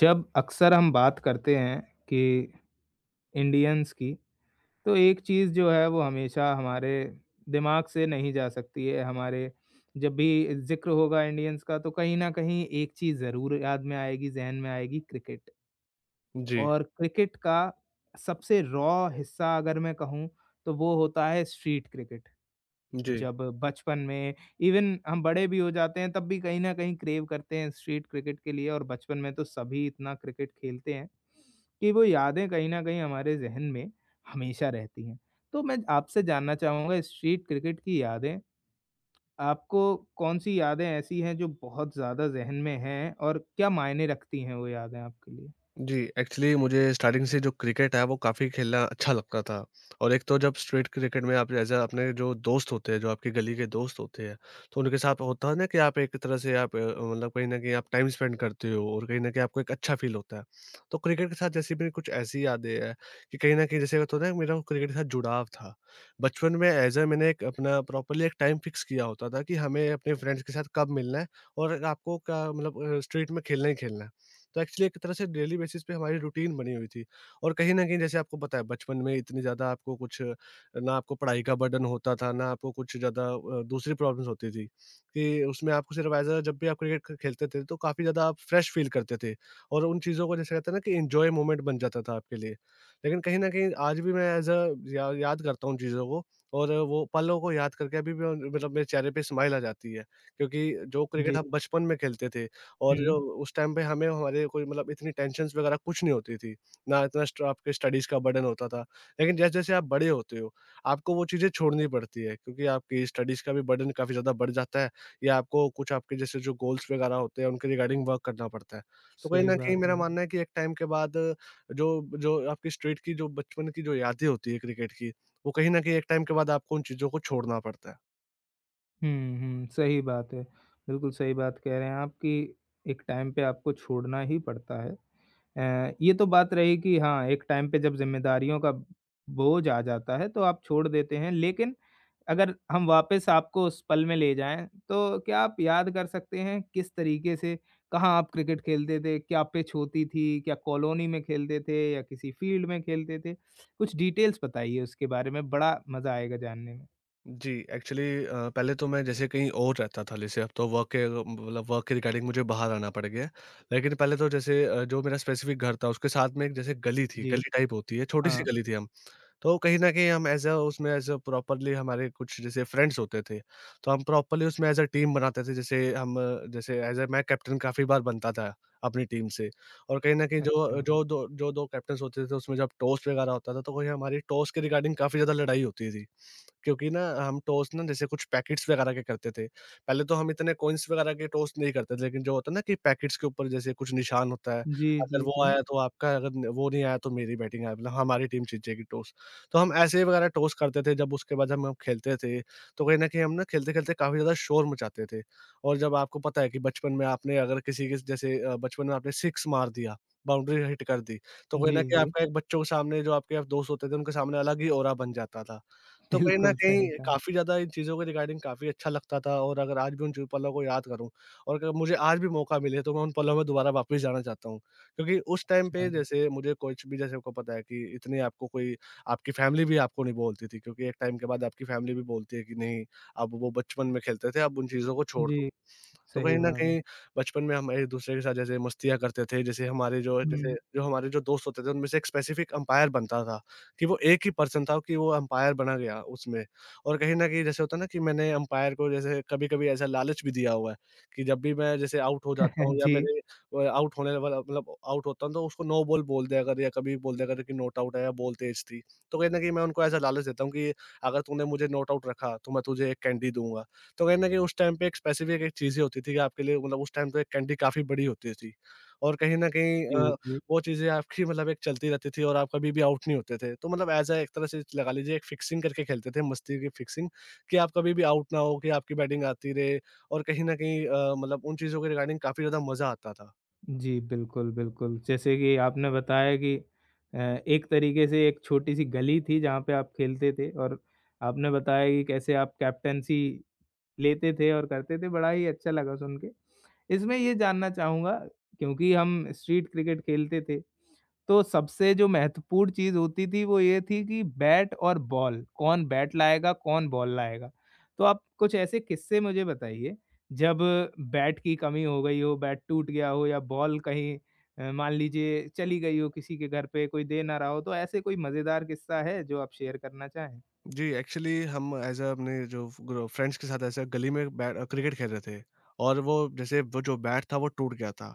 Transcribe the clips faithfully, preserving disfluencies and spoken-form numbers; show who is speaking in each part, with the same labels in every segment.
Speaker 1: जब अक्सर हम बात करते हैं कि इंडियंस की, तो एक चीज़ जो है वो हमेशा हमारे दिमाग से नहीं जा सकती है, हमारे जब भी ज़िक्र होगा इंडियंस का तो कहीं न कहीं एक चीज़ ज़रूर याद में आएगी, ज़हन में आएगी क्रिकेट।
Speaker 2: जी,
Speaker 1: और क्रिकेट का सबसे रॉ हिस्सा अगर मैं कहूँ, तो वो होता है स्ट्रीट क्रिकेट।
Speaker 2: जी,
Speaker 1: जब बचपन में इवन हम बड़े भी हो जाते हैं तब भी कहीं न कहीं क्रेव करते हैं स्ट्रीट क्रिकेट के लिए और बचपन में तो सभी इतना क्रिकेट खेलते हैं, कि वो यादें कहीं न कहीं हमारे ज़हन में हमेशा रहती हैं। तो मैं आपसे जानना चाहूँगा स्ट्रीट क्रिकेट की यादें, आपको कौन-सी यादें ऐसी हैं जो बहुत ज़्यादा ज़हन में हैं और क्या मायने रखती हैं वो यादें आपके लिए?
Speaker 2: जी। एक्चुअली मुझे स्टार्टिंग से जो क्रिकेट है वो काफ़ी खेलना अच्छा लगता था। और एक तो जब स्ट्रीट क्रिकेट में आप जैसे अपने जो दोस्त होते हैं, जो आपकी गली के दोस्त होते हैं, तो उनके साथ होता है ना कि आप एक तरह से आप अ, मतलब कहीं न कहीं आप टाइम स्पेंड करते हो और कहीं न कहीं आपको एक अच्छा फ़ील होता है। तो क्रिकेट के साथ जैसी मेरी कुछ ऐसी यादें हैं कि कहीं न कहीं जैसे होता है ना मेरा क्रिकेट के साथ जुड़ाव था। बचपन में एज़ अ मैंने एक अपना प्रॉपरली एक टाइम फ़िक्स किया होता था कि हमें अपने फ्रेंड्स के साथ कब मिलना है और आपको क्या मतलब अ, स्ट्रीट में खेलना ही खेलना है। तो एक्चुअली एक तरह से डेली बेसिस पे हमारी रूटीन बनी हुई थी और कहीं न कहीं जैसे आपको पता है बचपन में इतनी ज़्यादा आपको कुछ ना आपको पढ़ाई का बर्डन होता था, ना आपको कुछ ज़्यादा अ, दूसरी प्रॉब्लम्स होती थी कि उसमें आपको सिर्फ एज़ अ जब भी आप क्रिकेट ख खेलते थे तो काफ़ी ज़्यादा आप फ्रेश फ़ील करते थे और उन चीज़ों को जैसे कहते हैं ना कि एन्जॉय मोमेंट बन जाता था आपके लिए। लेकिन कहीं न कहीं आज भी मैं एज़ अ या याद करता हूँ उन चीज़ों को और वो पलों को याद करके अभी भी उन- मतलब मेरे चेहरे पे स्माइल आ जाती है, क्योंकि जो
Speaker 1: जी।
Speaker 2: क्रिकेट हम बचपन में खेलते थे और
Speaker 1: हुँ,
Speaker 2: जो उस टाइम पे हमें हमारे कोई मतलब इतनी टेंशन्स वगैरह कुछ नहीं होती थी, ना इतना स्ट्र आपके स्टडीज़ का बर्डन होता था। लेकिन जैसे-जैसे आप बड़े होते हो, आपको वो चीज़ें छोड़नी पड़ती है, क्योंकि आपकी स्टडीज़ का भी बर्डन काफ़ी ज़्यादा बढ़ जाता है या आपको कुछ आपके जैसे जो गोल्स वगैरह होते हैं, उनके रिगार्डिंग वर्क करना पड़ता है। तो कहीं
Speaker 1: सही
Speaker 2: न कहीं
Speaker 1: बात
Speaker 2: मेरा
Speaker 1: है।
Speaker 2: मानना है कि एक टाइम के बाद जो जो आपकी स्ट्रीट की जो बचपन की जो यादें होती है क्रिकेट की, वो कहीं न कहीं एक टाइम के बाद आपको उन चीज़ों को छोड़ना पड़ता है।
Speaker 1: हुँ, हुँ, सही बात है। बिल्कुल सही बात कह रहे हैं आप कि एक टाइम पे आपको छोड़ना ही पड़ता है। अ, ये तो बात रही कि हाँ, एक टाइम पे जब ज़िम्मेदारियों का बोझ आ जाता है तो आप छोड़ देते हैं, लेकिन अगर हम वापस आपको उस पल में ले जाएँ, तो क्या आप याद कर सकते हैं किस तरीके से कहाँ आप क्रिकेट खेलते थे? क्या पिच होती थी? क्या कॉलोनी में खेलते थे या किसी फील्ड में खेलते थे? कुछ डिटेल्स बताइए उसके बारे में, बड़ा मज़ा आएगा जानने में।
Speaker 2: जी, एक्चुअली अ, पहले तो मैं जैसे कहीं और रहता था, जैसे अब तो वर्क के अ, मतलब वर्क के रिगार्डिंग मुझे बाहर आना पड़ गया है। लेकिन पहले तो जैसे अ, जो मेरा स्पेसिफ़िक घर था, उसके साथ में एक जैसे गली थी,
Speaker 1: जी,
Speaker 2: गली टाइप होती है, छोटी-सी
Speaker 1: हाँ,
Speaker 2: गली थी हम। तो कहीं न कहीं हम एज़ अ उसमें एज़ अ प्रॉपरली हमारे कुछ जैसे फ्रेंड्स होते थे, तो हम प्रॉपरली उसमें एज़ अ टीम बनाते थे। जैसे हम अ, जैसे एज़ अ मैं कैप्टन काफ़ी बार बनता था अपनी टीम से। और कहीं न कहीं जो
Speaker 1: अच्छा।
Speaker 2: जो 2 जो दो कैप्टन्स होते थे, उसमें जब टॉस वगैरह होता था, तो वही हमारी टॉस के रिगार्डिंग काफ़ी ज़्यादा लड़ाई होती थी। क्योंकि ना हम टोस्ट ना जैसे कुछ पैकेट्स वगैरह के करते थे। पहले तो हम इतने कॉइन्स वगैरह के टोस्ट नहीं करते थे, लेकिन जो होता है ना कि पैकेट्स के ऊपर जैसे कुछ निशान होता है,
Speaker 1: जी,
Speaker 2: अगर
Speaker 1: जी,
Speaker 2: वो
Speaker 1: जी।
Speaker 2: आया तो आपका, अगर न वो नहीं आया तो मेरी बैटिंग है, मतलब हमारी टीम जीत जाएगी टॉस। तो हम ऐसे ही वगैरह टॉस करते थे, जब उसके बाद हम हम खेलते थे, तो कहीं न कहीं हम ना खेलते-खेलते काफ़ी ज़्यादा शोर मचाते थे। और जब आपको पता है कि बचपन में आपने अगर किसी के जैसे अ, बचपन में आपने सिक्स मार दिया, बाउंड्री हिट कर दी, तो कहीं
Speaker 1: जी,
Speaker 2: न कहीं
Speaker 1: जी।
Speaker 2: आपका एक बच्चों के सामने जो आपके दोस्त होते थे, उनके सामने अलग ही औरा बन जाता था। तो कहीं न
Speaker 1: बिल्कुल सही
Speaker 2: कहीं
Speaker 1: कहा।
Speaker 2: काफ़ी ज़्यादा इन चीज़ों के रिगार्डिंग काफ़ी अच्छा लगता था, और अगर आज भी उन जो पलों को याद करूँ और अगर मुझे आज भी मौका मिले, तो मैं उन पलों में दोबारा वापस जाना चाहता हूँ। क्योंकि उस टाइम पे
Speaker 1: अच्छा।
Speaker 2: जैसे मुझे कुछ भी जैसे आपको पता है कि इतनी आपको कोई आपकी फ़ैमिली भी आपको नहीं बोलती थी, क्योंकि एक टाइम के बाद आपकी फ़ैमिली भी बोलती है कि नहीं, अब वो बचपन में खेलते थे, अब उन चीज़ों को छोड़ दो।
Speaker 1: जी,
Speaker 2: तो
Speaker 1: सही
Speaker 2: कहीं न
Speaker 1: बात है।
Speaker 2: कहीं बचपन में हम एक-दूसरे के साथ जैसे मस्तियाँ करते थे, जैसे हमारे जो जैसे
Speaker 1: हुँ।
Speaker 2: जो हमारे जो दोस्त होते थे, उनमें से एक स्पेसिफिक अंपायर बनता था, कि वो एक ही पर्सन था कि वो अंपायर बना गया उसमें। और कहीं न कहीं जैसे होता है ना कि मैंने अंपायर को जैसे कभी-कभी ऐसा लालच भी दिया हुआ है, कि जब भी मैं जैसे आउट हो जाता हूँ या
Speaker 1: जी,
Speaker 2: मेरे अ, आउट होने वाला मतलब आउट होता हूँ, तो उसको नो बॉल बोल दिया कर या कभी बोल दिया कर कि नॉट आउट है या बॉल तेज़ थी। तो कहीं न कहीं मैं उनको ऐसा लालच देता हूँ कि अगर तूने मुझे नॉट आउट रखा, तो मैं तुझे एक कैंडी दूँगा। तो कहीं न कहीं उस टाइम पे एक स्पेसिफ़िक एक चीज़ें होती थी कि आपके लिए मतलब उस टाइम तो एक कैंडी काफ़ी बड़ी होती थी। और कहीं न कहीं अ,
Speaker 1: जी,
Speaker 2: हुँ।
Speaker 1: जी।
Speaker 2: वो चीज़ें आपकी मतलब एक चलती रहती थी और आप कभी भी आउट नहीं होते थे। तो मतलब ऐज़ अ एक तरह से लगा लीजिए एक फिक्सिंग करके खेलते थे, मस्ती की फिक्सिंग कि आप कभी भी आउट ना हो, कि आपकी बैटिंग आती रहे और कहीं न कहीं अ, मतलब उन चीज़ों के रिगार्डिंग काफ़ी ज़्यादा मज़ा आता था।
Speaker 1: जी, बिल्कुल, बिल्कुल। जैसे कि आपने बताया कि अ, एक तरीके से एक छोटी-सी गली थी जहाँ पे आप खेलते थे और आपने बताया कि कैसे आप कैप्टेंसी लेते थे और करते थे, बड़ा ही अच्छा लगा सुन के। इसमें ये जानना चाहूँगा क्योंकि हम स्ट्रीट क्रिकेट खेलते थे तो सबसे जो महत्वपूर्ण चीज़ होती थी वो ये थी कि बैट और बॉल, कौन बैट लाएगा, कौन बॉल लाएगा। तो आप कुछ ऐसे किस्से मुझे बताइए जब बैट की कमी हो गई हो, बैट टूट गया हो या बॉल कहीं अ, मान लीजिए चली गई हो किसी के घर पे, कोई दे ना रहा हो, तो ऐसे कोई मज़ेदार किस्सा है जो आप शेयर करना चाहें?
Speaker 2: जी, एक्चुअली हम एज़ अ अपने जो ग्रो फ्रेंड्स के साथ ऐसे गली में बै क्रिकेट खेल रहे थे और वो जैसे वो जो बैट था वो टूट गया था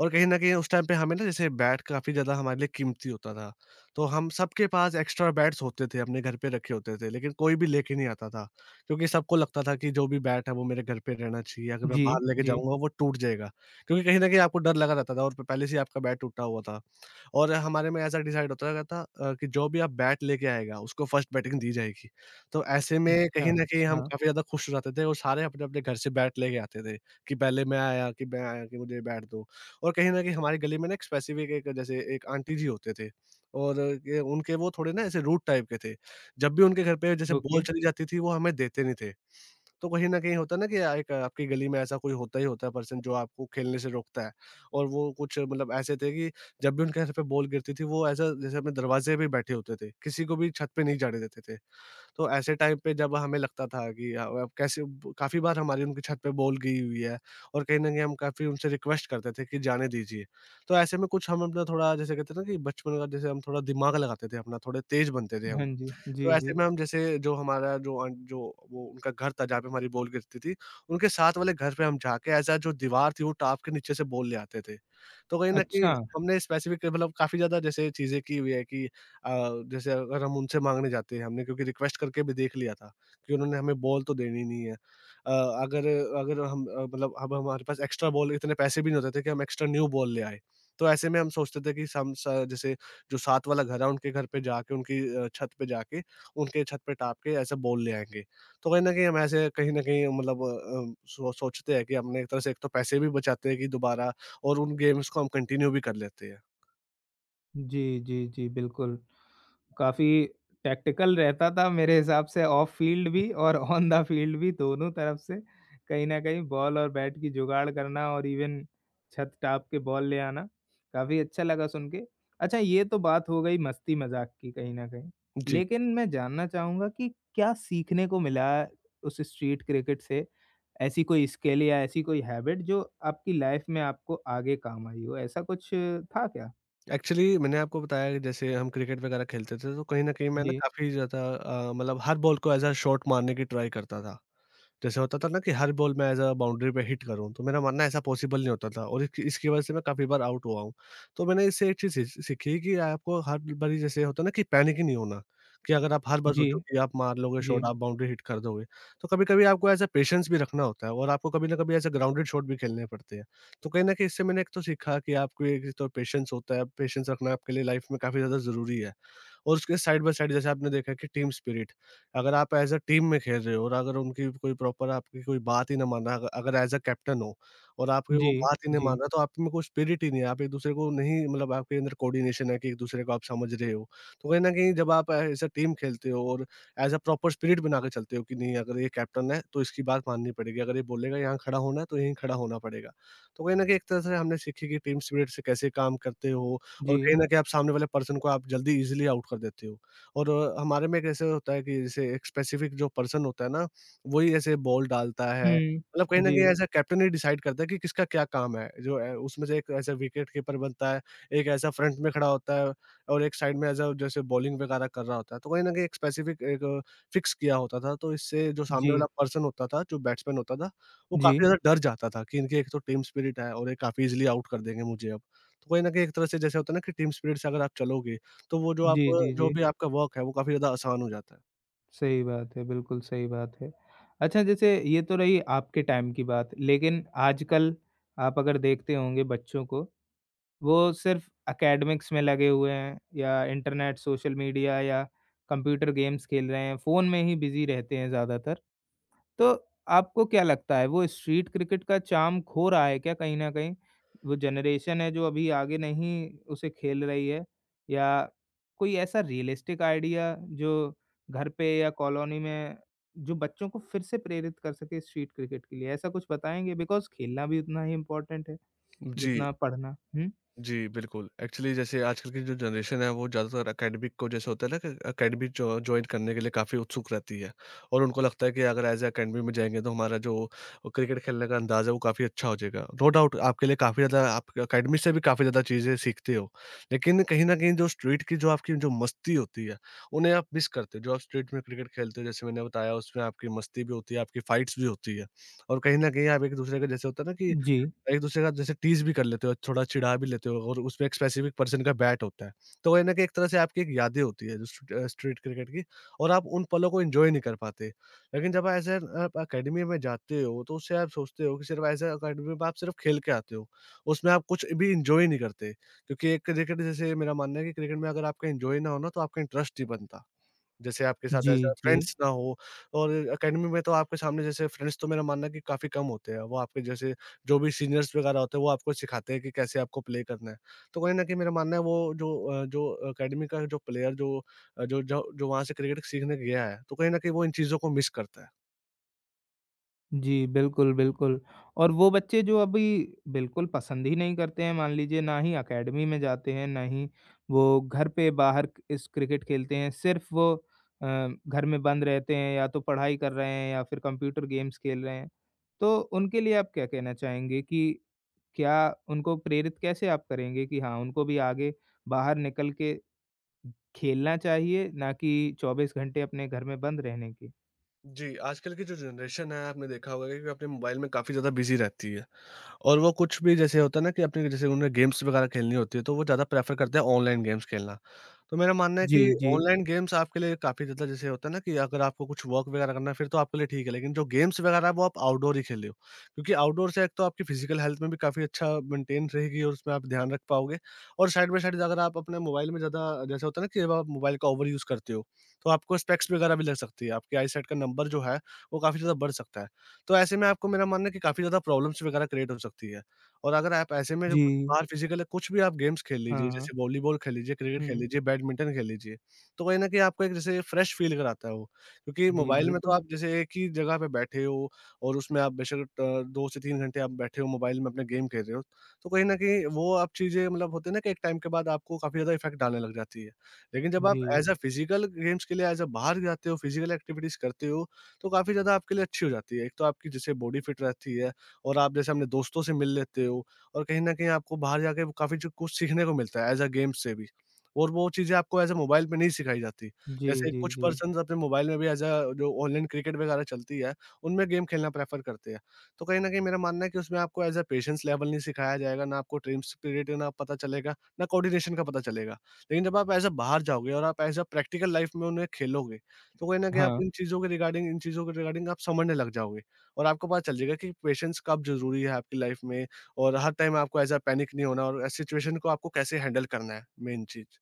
Speaker 2: और कहीं न कहीं उस टाइम पे हमें ना जैसे बैट काफ़ी ज़्यादा हमारे लिए कीमती होता था। तो हम सबके पास एक्स्ट्रा बैट्स होते थे, अपने घर पे रखे होते थे, लेकिन कोई भी लेके नहीं आता था, क्योंकि सबको लगता था कि जो भी बैट है वो मेरे घर पे रहना चाहिए, अगर मैं
Speaker 1: जी,
Speaker 2: बाहर लेके
Speaker 1: जी।
Speaker 2: जाऊँगा वो टूट जाएगा। क्योंकि कहीं न कहीं आपको डर लगा रहता था और प पहले से ही आपका बैट टूटा हुआ था। और हमारे में ऐसा डिसाइड होता रहता था अ, कि जो भी आप बैट लेके आएगा, उसको फर्स्ट बैटिंग दी जाएगी। तो ऐसे में
Speaker 1: अच्छा,
Speaker 2: कहीं न कहीं हम
Speaker 1: हाँ,
Speaker 2: काफ़ी ज़्यादा खुश हो जाते थे और सारे अपने-अपने घर से बैट लेके आते थे, कि पहले मैं आया कि मैं आया कि मुझे बैट दो। और कहीं न कहीं हमारी गली में ना एक स्पेसिफ़िक एक जैसे एक आंटी जी होते थे, और ये उनके वो थोड़े ना ऐसे रूड टाइप के थे। जब भी उनके घर पे जैसे बॉल
Speaker 1: ओके।
Speaker 2: चली जाती थी, वो हमें देते नहीं थे। तो कहीं न कहीं होता है ना कि एक आपकी गली में ऐसा कोई होता ही होता है पर्सन जो आपको खेलने से रोकता है। और वो कुछ मतलब ऐसे थे कि जब भी उनके सर पे बॉल गिरती थी वो ऐसा जैसे अपने दरवाज़े पे बैठे होते थे, किसी को भी छत पे नहीं जाने देते थे। तो ऐसे टाइम पे जब हमें लगता था कि अ, अब कैसे ब काफ़ी बार हमारी उनकी छत पे बॉल गई हुई है और कहीं न कहीं हम काफ़ी उनसे रिक्वेस्ट करते थे कि जाने दीजिए। तो ऐसे में कुछ हम अपना थोड़ा जैसे कहते हैं ना कि बचपन का जैसे हम थोड़ा दिमाग लगाते थे अपना, थोड़े तेज़ बनते थे हम।
Speaker 1: हाँ जी,
Speaker 2: तो
Speaker 1: जी, जी।
Speaker 2: ऐसे में हम जैसे जो हमारा जो अन जो वो उनका घर था जहाँ पे हमारी बॉल गिरती थी, उनके साथ वाले घर पे हम जाके ऐसा जो दीवार थी वो टाँप के नीचे से बॉल ले आते थे। तो कहीं न
Speaker 1: अच्छा।
Speaker 2: कहीं हमने स्पेसिफ़िक मतलब काफ़ी ज़्यादा जैसे चीज़ें की हुई है कि अ, जैसे अगर हम उनसे माँगने जाते हैं हमने, क्योंकि रिक्वेस्ट करके भी देख लिया था कि उन्होंने हमें बॉल तो देनी नहीं है। अ, अगर अगर हम अ, मतलब अब हमारे पास एक्स्ट्रा बॉल इतने पैसे भी नहीं होते थे कि हम एक्स्ट्रा न्यू बॉल ले आएँ। तो ऐसे में हम सोचते थे कि सम स जैसे जो साथ वाला घर है उनके घर पे जाके उनकी अ, छत पे जाके उनके छत पे टाँप के ऐसे बॉल ले आएँगे। तो कहीं न कहीं हम ऐसे कहीं न कहीं मतलब अ, सो सोचते हैं कि हमने एक तरह से एक तो पैसे भी बचाते हैं कि दोबारा और उन गेम्स को हम कंटिन्यू भी कर लेते हैं।
Speaker 1: जी, जी, जी, बिल्कुल। काफ़ी टैक्टिकल रहता था मेरे हिसाब से ऑफ फील्ड भी और ऑन द फील्ड भी दोनों तरफ से कहीं न कहीं बॉल और बैट की जुगाड़ करना और इवन छत टाँप के बॉल ले आना, काफ़ी अच्छा लगा सुन के। अच्छा ये तो बात हो गई मस्ती-मज़ाक की कहीं न कहीं,
Speaker 2: जी।
Speaker 1: लेकिन मैं जानना चाहूँगा कि क्या सीखने को मिला उस स्ट्रीट क्रिकेट से? ऐसी कोई स्किल या ऐसी कोई हैबिट जो आपकी लाइफ़ में आपको आगे काम आई हो, ऐसा कुछ था क्या?
Speaker 2: एक्चुअली मैंने आपको बताया कि जैसे हम क्रिकेट वगैरह खेलते थे तो कहीं न कहीं मैं ना
Speaker 1: जी।
Speaker 2: काफ़ी ज़्यादा अ, मतलब हर बॉल को एज़ अ शॉट मारने की ट्राई करता था। जैसे होता था ना कि हर बॉल मैं एज़ अ बाउंड्री पे हिट करूँ, तो मेरा मानना है ऐसा पॉसिबल नहीं होता था और इसकी इसकी वज़ह से मैं काफ़ी बार आउट हुआ हूँ। तो मैंने इससे एक चीज़ सीख सीखी कि आपको हर बारी जैसे होता है ना कि पैनिक ही नहीं होना, कि अगर आप हर बार
Speaker 1: जी,
Speaker 2: सोचो कि आप मार लोगे
Speaker 1: जी,
Speaker 2: शॉट, आप बाउंड्री हिट कर दोगे, तो कभी-कभी आपको एज़ अ पेशेंस भी रखना होता है और आपको कभी न कभी एज़ अ ग्राउंडेड शॉट भी खेलने पड़ते हैं। तो कहीं न कहीं इससे मैंने एक तो सीखा कि आपको एक तो पेशेंस होता है, पेशेंस रखना आपके लिए लाइफ़ में काफ़ी ज़्यादा ज़रूरी है। और उसके साइड बाय साइड जैसे आपने देखा कि टीम स्पिरिट अगर आप एज़ अ टीम में खेल रहे हो और अगर उनकी कोई प्रॉपर आपकी कोई बात ही ना मान रहा, अग अगर एज़ अ कैप्टन हो और आपकी
Speaker 1: जी,
Speaker 2: वो बात ही नहीं
Speaker 1: जी,
Speaker 2: मान रहा, तो आप में कोई स्पिरिट ही नहीं है, आप एक-दूसरे को नहीं, मतलब आपके अंदर कोऑर्डिनेशन है कि एक-दूसरे को आप समझ रहे हो। तो कहीं न कहीं जब आप एज़ अ टीम खेलते हो और एज़ अ प्रॉपर स्पिरिट बना के चलते हो कि नहीं, अगर ये कैप्टन है तो इसकी बात माननी पड़ेगी, अगर ये बोलेगा यहाँ खड़ा होना है तो यहीं खड़ा होना पड़ेगा। तो कहीं न कहीं एक तरह से हमने सीखी कि टीम स्पिरिट से कैसे काम करते हो,
Speaker 1: जी,
Speaker 2: और कहीं न कहीं आप सामने वाले पर्सन को आप जल्दी ईज़िली आउट कर देते हो। और अ, हमारे में कैसे होता है कि जैसे एक स्पेसिफिक जो पर्सन होता है ना, वही ऐसे बॉल डालता है।
Speaker 1: हुँ,
Speaker 2: मतलब कहीं न कहीं
Speaker 1: जी,
Speaker 2: ऐसा कैप्टन ही डिसाइड करता है कि किसका क्या काम है। जो ए उसमें से एक ऐसा विकेट कीपर बनता है, एक ऐसा फ्रंट में खड़ा होता है और एक साइड में ऐज़ अ जैसे बॉलिंग वगैरह कर रहा होता है। तो कहीं न कहीं एक स्पेसिफिक एक फिक्स किया होता था, तो इससे जो सामने
Speaker 1: जी,
Speaker 2: वाला पर्सन होता था, जो बैट्समैन होता था, वो
Speaker 1: जी,
Speaker 2: काफ़ी ज़्यादा डर जाता था कि इनकी एक तो टीम स्पिरिट है और ये काफ़ी ईज़िली आउट कर देंगे मुझे अब। तो कहीं न कहीं एक तरह से जैसे होता है ना कि टीम स्पिरिट से अगर आप चलोगे, तो वो जो आप
Speaker 1: जी, जी, जी,
Speaker 2: जो भी आपका वर्क है, वो काफ़ी ज़्यादा आसान हो जाता है।
Speaker 1: सही बात है, बिल्कुल सही बात है। अच्छा जैसे ये तो रही आपके टाइम की बात, लेकिन आजकल आप अगर देखते होंगे बच्चों को, वो सिर्फ़ एकेडमिक्स में लगे हुए हैं या इंटरनेट, सोशल मीडिया या कंप्यूटर गेम्स खेल रहे हैं, फ़ोन में ही बिज़ी रहते हैं ज़्यादातर। तो आपको क्या लगता है वो स्ट्रीट क्रिकेट का चार्म खो रहा है क्या कहीं न कहीं? वो जनरेशन है जो अभी आगे नहीं उसे खेल रही है या कोई ऐसा रियलिस्टिक आइडिया जो घर पे या कॉलोनी में जो बच्चों को फिर से प्रेरित कर सके स्ट्रीट क्रिकेट के लिए, ऐसा कुछ बताएँगे? बिकॉज़ खेलना भी उतना ही इम्पोर्टेंट है
Speaker 2: जी,
Speaker 1: जितना पढ़ना। हुँ।
Speaker 2: जी, बिल्कुल। एक्चुअली जैसे आजकल की जो जनरेशन है वो ज़्यादातर एकेडमिक को जैसे होता है ना कि एकेडमिक जो जॉइन करने के लिए काफ़ी उत्सुक रहती है, और उनको लगता है कि अगर एज़ अ एकेडमी में जाएँगे तो हमारा जो क्रिकेट खेलने का अंदाज़ है वो काफ़ी अच्छा हो जाएगा। नो डाउट आपके लिए काफ़ी ज़्यादा, आप एकेडमी से भी काफ़ी ज़्यादा चीज़ें सीखते हो। लेकिन कहीं न कहीं जो स्ट्रीट की जो आपकी जो मस्ती होती है, उन्हें आप मिस करते हो। जो आप स्ट्रीट में क्रिकेट खेलते हो, जैसे मैंने बताया, उसमें आपकी मस्ती भी होती है, आपकी फाइट्स भी होती है, और कहीं न कहीं आप एक-दूसरे के जैसे होता है ना कि
Speaker 1: जी।
Speaker 2: एक-दूसरे का जैसे टीज़ भी कर लेते हो, थोड़ा चिढ़ा भी लेते हो, और उसमें एक स्पेसिफ़िक पर्सन का बैट होता है। तो कहीं न कहीं एक तरह से आपकी एक यादें होती है जो स्ट्र अ, स्ट्रीट क्रिकेट की, और आप उन पलों को एन्जॉय नहीं कर पाते। लेकिन जब ऐसे आप अकेडमी में जाते हो तो उससे आप सोचते हो कि सिर्फ़ ऐसे अकेडमी में आप सिर्फ़ खेल के आते हो। उसमें आप कुछ भी एन्जॉय नहीं करते, क्योंकि एक क्रिकेट जैसे मेरा मानना है कि क्रिकेट में अगर आपका एन्जॉय ना हो ना, तो आपका इंटरेस्ट नहीं बनता। जैसे आपके साथ
Speaker 1: जी,
Speaker 2: ऐसा
Speaker 1: जी।
Speaker 2: फ्रेंड्स ना हो, और एकेडमी में तो आपके सामने जैसे फ्रेंड्स तो मेरा मानना है कि काफ़ी कम होते हैं। वो आपके जैसे जो भी सीनियर्स वगैरह होते हैं, वो आपको सिखाते हैं कि कैसे आपको प्ले करना है। तो कहीं न कहीं मेरा मानना है वो जो अ, जो एकेडमी का जो प्लेयर जो अ, जो जो जो वहाँ से क्रिकेट सीखने गया है, तो कहीं न कहीं वो इन चीज़ों को मिस करता है।
Speaker 1: जी, बिल्कुल, बिल्कुल। और वो बच्चे जो अभी बिल्कुल पसंद ही नहीं करते हैं, मान लीजिए ना ही अकेडमी में जाते हैं, ना ही वो घर पे बाहर क- इस क्रिकेट खेलते हैं, सिर्फ़ वो अ, घर में बंद रहते हैं या तो पढ़ाई कर रहे हैं या फिर कंप्यूटर गेम्स खेल रहे हैं। तो उनके लिए आप क्या कहना चाहेंगे कि क्या उनको प्रेरित कैसे आप करेंगे कि हाँ, उनको भी आगे बाहर निकल के खेलना चाहिए, ना कि चौबीस घंटे अपने घर में बंद रहने के?
Speaker 2: जी, आजकल की जो जनरेशन है आपने देखा होगा कि अपने मोबाइल में काफ़ी ज़्यादा बिज़ी रहती है। और वो कुछ भी जैसे होता है ना कि अपने जैसे उन्हें गेम्स वगैरह खेलनी होती है, तो वो ज़्यादा प्रेफ़र करते हैं ऑनलाइन गेम्स खेलना। तो मेरा मानना है कि
Speaker 1: जी, जी।
Speaker 2: ऑनलाइन गेम्स आपके लिए काफ़ी ज़्यादा जैसे होता है ना कि अगर आपको कुछ वर्क वगैरह करना है फिर तो आपके लिए ठीक है, लेकिन जो गेम्स वगैरह है वो आप आउटडोर ही खेलो। क्योंकि आउटडोर से एक तो आपकी फ़िज़िकल हेल्थ में भी काफ़ी अच्छा मेंटेन रहेगी और उसमें आप ध्यान रख पाओगे, और साइड बाय साइड अगर आप अपने मोबाइल में ज़्यादा जैसे होता है ना कि जब आप मोबाइल का ओवर यूज़ करते हो, तो आपको स्पेक्स वगैरह भी लग सकती है। आपकी आईसाइट का नंबर जो है वो काफ़ी ज़्यादा बढ़ सकता है। तो ऐसे में आपको मेरा मानना है कि काफ़ी ज़्यादा प्रॉब्लम्स वगैरह क्रिएट हो सकती है। और अगर आप ऐसे में जो कुछ
Speaker 1: जी।
Speaker 2: बाहर फिज़िकल कुछ भी आप गेम्स खेल लीजिए,
Speaker 1: हाँ, हाँ।
Speaker 2: जैसे वॉलीबॉल खेल लीजिए, क्रिकेट खेल
Speaker 1: हुँ।
Speaker 2: लीजिए, बैडमिंटन खेल लीजिए, तो कहीं न कहीं आपको एक जैसे फ्रेश फ़ील कराता है वो। क्योंकि
Speaker 1: जी,
Speaker 2: मोबाइल में हुँ। तो
Speaker 1: बिल्कुल।
Speaker 2: आप जैसे एक ही जगह पे बैठे हो, और उसमें आप बेशक अ, दो से तीन घंटे आप बैठे हो मोबाइल में अपना गेम खेल रहे हो, तो कहीं न कहीं वो आप चीज़ें मतलब होते हैं ना कि एक टाइम के बाद आपको काफ़ी ज़्यादा इफ़ेक्ट डालने लग जाती है। लेकिन जब आप
Speaker 1: जी।
Speaker 2: एज़ अ फिज़िकल गेम्स के लिए एज़ अ बाहर जाते हो, फिज़िकल एक्टिविटीज़ करते हो, तो काफ़ी ज़्यादा आपके लिए अच्छी हो जाती है। एक तो आपकी जैसे बॉडी फिट रहती है और आप जैसे अपने दोस्तों से मिल लेते हो, और कहीं न कहीं आपको बाहर जाके वो काफ़ी जो कुछ सीखने को मिलता है एज़ अ गेम्स से भी, और वो चीज़ें आपको एज़ अ मोबाइल पे नहीं सिखाई जाती।
Speaker 1: जी,
Speaker 2: जैसे
Speaker 1: जी,
Speaker 2: कुछ
Speaker 1: जी।
Speaker 2: पर्सन्स अपने मोबाइल में भी एज़ अ जो ऑनलाइन क्रिकेट वगैरह चलती है, उनमें गेम खेलना प्रेफ़र करते हैं। तो कहीं न कहीं मेरा मानना है कि उसमें आपको एज़ अ पेशेंस लेवल नहीं सिखाया जाएगा, ना आपको टीम स्पिरिट ना पता चलेगा, ना कोऑर्डिनेशन का पता चलेगा। लेकिन जब आप एज़ अ बाहर जाओगे और आप एज़ अ प्रैक्टिकल लाइफ़ में उन्हें खेलोगे, तो कहीं न कहीं आप
Speaker 1: हाँ।
Speaker 2: इन चीज़ों के रिगार्डिंग इन चीज़ों के रिगार्डिंग आप समझने लग जाओगे, और आपको पता चल जाएगा कि पेशेंस कब ज़रूरी है आपकी लाइफ़ में, और हर टाइम आपको ऐसा पैनिक नहीं होना और सिचुएशन को आपको कैसे हैंडल करना है, मेन चीज़।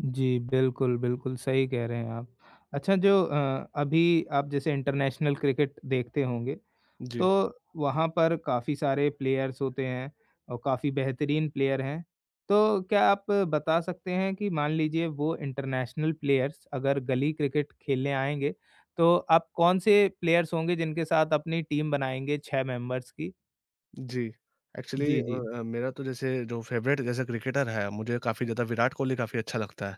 Speaker 1: जी, बिल्कुल, बिल्कुल सही कह रहे हैं आप। अच्छा जो अ, अभी आप जैसे इंटरनेशनल क्रिकेट देखते होंगे,
Speaker 2: जी,
Speaker 1: तो वहाँ पर काफ़ी सारे प्लेयर्स होते हैं और काफ़ी बेहतरीन प्लेयर हैं। तो क्या आप बता सकते हैं कि मान लीजिए वो इंटरनेशनल प्लेयर्स अगर गली क्रिकेट खेलने आएँगे, तो आप कौन से प्लेयर्स होंगे जिनके साथ अपनी टीम बनाएँगे छह मेंबर्स की?
Speaker 2: जी। एक्चुअली
Speaker 1: जी,
Speaker 2: अ
Speaker 1: जी।
Speaker 2: अ, मेरा तो जैसे जो फ़ेवरेट जैसे क्रिकेटर है, मुझे काफ़ी ज़्यादा विराट कोहली काफ़ी अच्छा लगता है।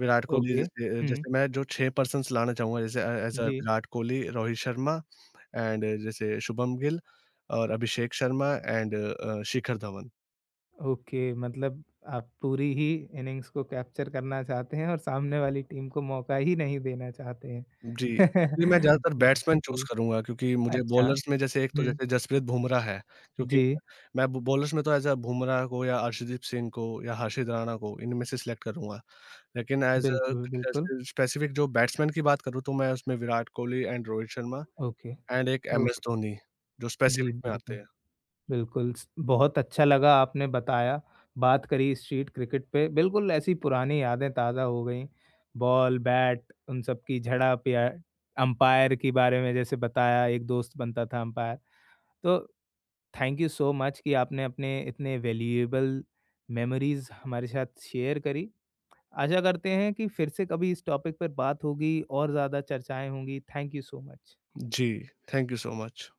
Speaker 2: विराट कोहली
Speaker 1: ओके।
Speaker 2: जैसे
Speaker 1: हुँ।
Speaker 2: जैसे मैं जो छह पर्सन्स लाना चाहूँगा, जैसे अ, एज़ अ
Speaker 1: जी।
Speaker 2: विराट कोहली, रोहित शर्मा एंड जैसे शुभम गिल और Abhishek Sharma and uh, Shikhar Dhawan.
Speaker 1: Okay मतलब आप पूरी ही इनिंग्स को कैप्चर करना चाहते हैं और सामने वाली टीम को मौका ही नहीं देना चाहते
Speaker 2: जी,
Speaker 1: हैं।
Speaker 2: इसलिए मैं ज़्यादातर बैट्समैन चूज़
Speaker 1: जी,
Speaker 2: करूँगा, क्योंकि मुझे
Speaker 1: अच्छा।
Speaker 2: बॉलर्स में जैसे एक तो
Speaker 1: हुँ,
Speaker 2: जैसे जसप्रीत बुमराह है, क्योंकि
Speaker 1: जी,
Speaker 2: मैं ब बॉलर्स में तो ऐज़ अ बुमराह को या अर्शदीप सिंह को या हर्षित राणा को इनमें से सेलेक्ट करूँगा। लेकिन ऐज़ अ,
Speaker 1: बिल्कुल, बिल्कुल।
Speaker 2: जैसे स्पेसिफ़िक जो बैट्समैन की बात करूँ तो मैं उसमें Virat Kohli and Rohit Sharma
Speaker 1: okay,
Speaker 2: and एक एम एस
Speaker 1: ओके।
Speaker 2: धोनी, जो
Speaker 1: जी,
Speaker 2: स्पेसिफ़िक में आते
Speaker 1: बिल्कुल,
Speaker 2: हैं।
Speaker 1: बिल्कुल स बहुत अच्छा लगा आपने बताया, बात करी स्ट्रीट क्रिकेट पे, बिल्कुल ऐसी पुरानी यादें ताज़ा हो गईं। बॉल, बैट उन सब की झड़प या अंपायर के बारे में जैसे बताया, एक दोस्त बनता था अंपायर। तो थैंक यू सो मच कि आपने अपने इतने वैल्यूएबल मेमोरीज हमारे साथ शेयर करी। आशा करते हैं कि फिर से कभी इस टॉपिक पर बात होगी और ज़्यादा चर्चाएँ होंगी। Thank you so much.
Speaker 2: जी, थैंक यू सो मच।